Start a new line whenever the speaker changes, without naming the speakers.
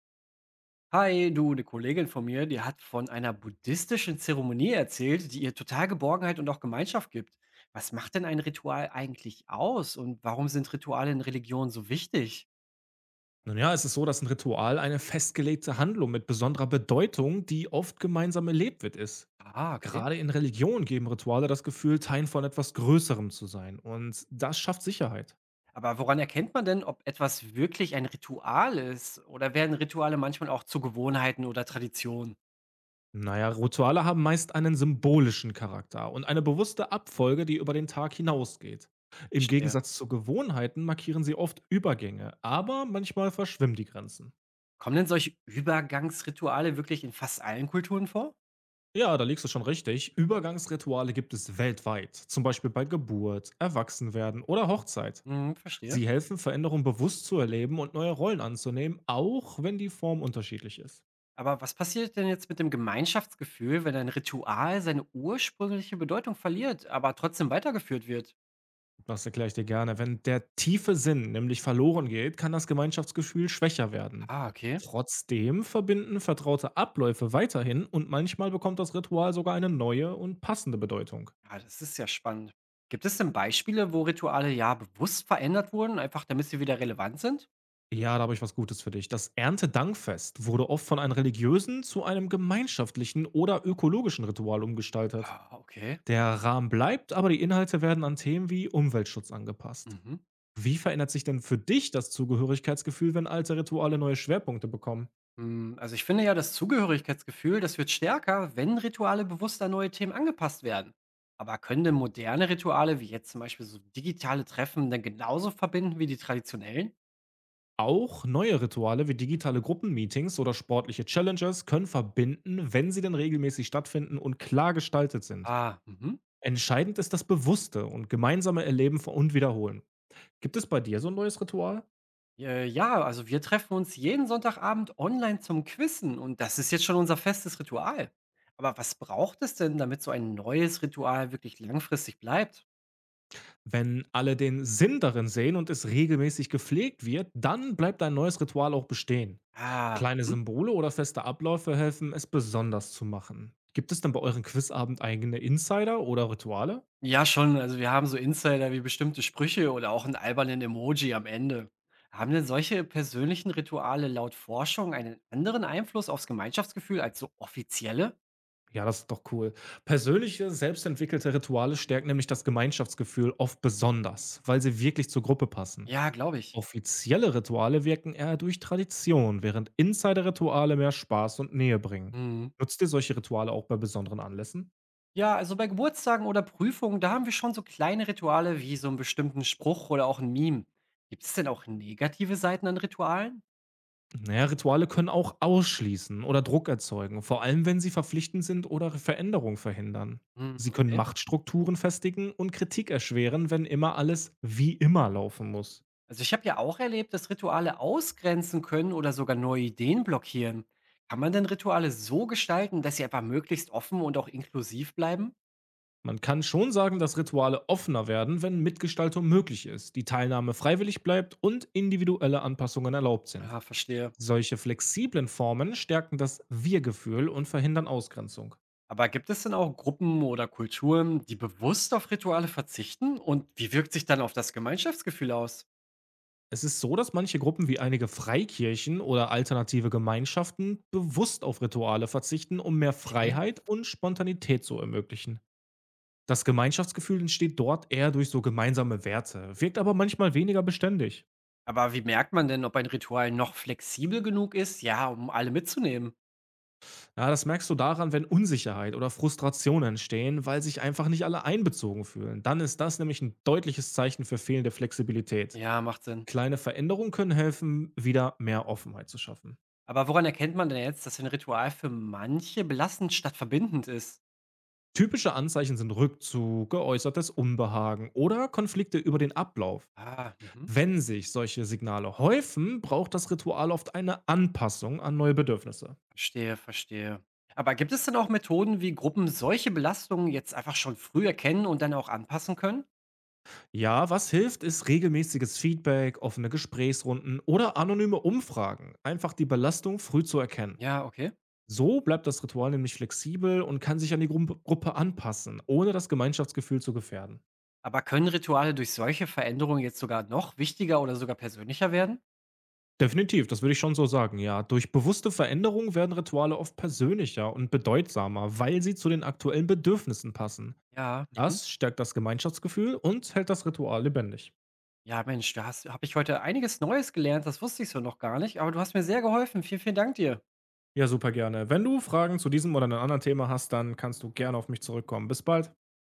Hi, du, eine Kollegin von mir, die hat von einer buddhistischen Zeremonie erzählt, die ihr total Geborgenheit und auch Gemeinschaft gibt. Was macht denn ein Ritual eigentlich aus und warum sind Rituale in Religion so wichtig?
Nun ja, es ist so, dass ein Ritual eine festgelegte Handlung mit besonderer Bedeutung, die oft gemeinsam erlebt wird, ist.
Ah, okay.
Gerade in Religion geben Rituale das Gefühl, Teil von etwas Größerem zu sein. Und das schafft Sicherheit.
Aber woran erkennt man denn, ob etwas wirklich ein Ritual ist oder werden Rituale manchmal auch zu Gewohnheiten oder Traditionen?
Naja, Rituale haben meist einen symbolischen Charakter und eine bewusste Abfolge, die über den Tag hinausgeht. Im
Verstehe.
Gegensatz zu Gewohnheiten markieren sie oft Übergänge, aber manchmal verschwimmen die Grenzen.
Kommen denn solche Übergangsrituale wirklich in fast allen Kulturen vor?
Ja, da liegst du schon richtig. Übergangsrituale gibt es weltweit, zum Beispiel bei Geburt, Erwachsenwerden oder Hochzeit.
Mhm, verstehe.
Sie helfen, Veränderungen bewusst zu erleben und neue Rollen anzunehmen, auch wenn die Form unterschiedlich ist.
Aber was passiert denn jetzt mit dem Gemeinschaftsgefühl, wenn ein Ritual seine ursprüngliche Bedeutung verliert, aber trotzdem weitergeführt wird?
Das erkläre ich dir gerne. Wenn der tiefe Sinn nämlich verloren geht, kann das Gemeinschaftsgefühl schwächer werden.
Ah, okay.
Trotzdem verbinden vertraute Abläufe weiterhin und manchmal bekommt das Ritual sogar eine neue und passende Bedeutung.
Ja, das ist ja spannend. Gibt es denn Beispiele, wo Rituale ja bewusst verändert wurden, einfach damit sie wieder relevant sind?
Ja, da habe ich was Gutes für dich. Das Erntedankfest wurde oft von einem religiösen zu einem gemeinschaftlichen oder ökologischen Ritual umgestaltet.
Ah, okay.
Der Rahmen bleibt, aber die Inhalte werden an Themen wie Umweltschutz angepasst.
Mhm.
Wie verändert sich denn für dich das Zugehörigkeitsgefühl, wenn alte Rituale neue Schwerpunkte bekommen?
Hm, also ich finde ja, das Zugehörigkeitsgefühl, das wird stärker, wenn Rituale bewusst an neue Themen angepasst werden. Aber können denn moderne Rituale, wie jetzt zum Beispiel so digitale Treffen, denn genauso verbinden wie die traditionellen?
Auch neue Rituale wie digitale Gruppenmeetings oder sportliche Challenges können verbinden, wenn sie denn regelmäßig stattfinden und klar gestaltet sind.
Ah, mhm.
Entscheidend ist das bewusste und gemeinsame Erleben von- und Wiederholen. Gibt es bei dir so ein neues Ritual?
Ja, also wir treffen uns jeden Sonntagabend online zum Quizzen und das ist jetzt schon unser festes Ritual. Aber was braucht es denn, damit so ein neues Ritual wirklich langfristig bleibt?
Wenn alle den Sinn darin sehen und es regelmäßig gepflegt wird, dann bleibt dein neues Ritual auch bestehen.
Ah,
Kleine
mhm.
Symbole oder feste Abläufe helfen, es besonders zu machen. Gibt es denn bei euren Quizabend eigene Insider oder Rituale?
Ja schon. Also wir haben so Insider wie bestimmte Sprüche oder auch einen albernen Emoji am Ende. Haben denn solche persönlichen Rituale laut Forschung einen anderen Einfluss aufs Gemeinschaftsgefühl als so offizielle?
Ja, das ist doch cool. Persönliche, selbstentwickelte Rituale stärken nämlich das Gemeinschaftsgefühl oft besonders, weil sie wirklich zur Gruppe passen.
Ja, glaube ich.
Offizielle Rituale wirken eher durch Tradition, während Insider-Rituale mehr Spaß und Nähe bringen.
Mhm.
Nutzt ihr solche Rituale auch bei besonderen Anlässen?
Ja, also bei Geburtstagen oder Prüfungen, da haben wir schon so kleine Rituale wie so einen bestimmten Spruch oder auch ein Meme. Gibt es denn auch negative Seiten an Ritualen?
Na ja, Rituale können auch ausschließen oder Druck erzeugen, vor allem wenn sie verpflichtend sind oder Veränderung verhindern.
Hm,
Sie können
okay.
Machtstrukturen festigen und Kritik erschweren, wenn immer alles wie immer laufen muss.
Also ich habe ja auch erlebt, dass Rituale ausgrenzen können oder sogar neue Ideen blockieren. Kann man denn Rituale so gestalten, dass sie einfach möglichst offen und auch inklusiv bleiben?
Man kann schon sagen, dass Rituale offener werden, wenn Mitgestaltung möglich ist, die Teilnahme freiwillig bleibt und individuelle Anpassungen erlaubt sind.
Ja, verstehe.
Solche flexiblen Formen stärken das Wir-Gefühl und verhindern Ausgrenzung.
Aber gibt es denn auch Gruppen oder Kulturen, die bewusst auf Rituale verzichten? Und wie wirkt sich dann auf das Gemeinschaftsgefühl aus?
Es ist so, dass manche Gruppen wie einige Freikirchen oder alternative Gemeinschaften bewusst auf Rituale verzichten, um mehr
Okay.
Freiheit und Spontanität zu ermöglichen. Das Gemeinschaftsgefühl entsteht dort eher durch so gemeinsame Werte, wirkt aber manchmal weniger beständig.
Aber wie merkt man denn, ob ein Ritual noch flexibel genug ist, ja, um alle mitzunehmen?
Ja, das merkst du daran, wenn Unsicherheit oder Frustration entstehen, weil sich einfach nicht alle einbezogen fühlen. Dann ist das nämlich ein deutliches Zeichen für fehlende Flexibilität.
Ja, macht Sinn.
Kleine Veränderungen können helfen, wieder mehr Offenheit zu schaffen.
Aber woran erkennt man denn jetzt, dass ein Ritual für manche belastend statt verbindend ist?
Typische Anzeichen sind Rückzug, geäußertes Unbehagen oder Konflikte über den Ablauf.
Ah, mhm.
Wenn sich solche Signale häufen, braucht das Ritual oft eine Anpassung an neue Bedürfnisse.
Verstehe, verstehe. Aber gibt es denn auch Methoden, wie Gruppen solche Belastungen jetzt einfach schon früh erkennen und dann auch anpassen können?
Ja, was hilft, ist regelmäßiges Feedback, offene Gesprächsrunden oder anonyme Umfragen. Einfach die Belastung früh zu erkennen.
Ja, okay.
So bleibt das Ritual nämlich flexibel und kann sich an die Gruppe anpassen, ohne das Gemeinschaftsgefühl zu gefährden.
Aber können Rituale durch solche Veränderungen jetzt sogar noch wichtiger oder sogar persönlicher werden?
Definitiv, das würde ich schon so sagen, ja. Durch bewusste Veränderung werden Rituale oft persönlicher und bedeutsamer, weil sie zu den aktuellen Bedürfnissen passen.
Ja. Mhm.
Das stärkt das Gemeinschaftsgefühl und hält das Ritual lebendig.
Ja, Mensch, da hast habe ich heute einiges Neues gelernt. Das wusste ich so noch gar nicht, aber du hast mir sehr geholfen. Vielen, vielen Dank dir.
Ja, super gerne. Wenn du Fragen zu diesem oder einem anderen Thema hast, dann kannst du gerne auf mich zurückkommen. Bis bald.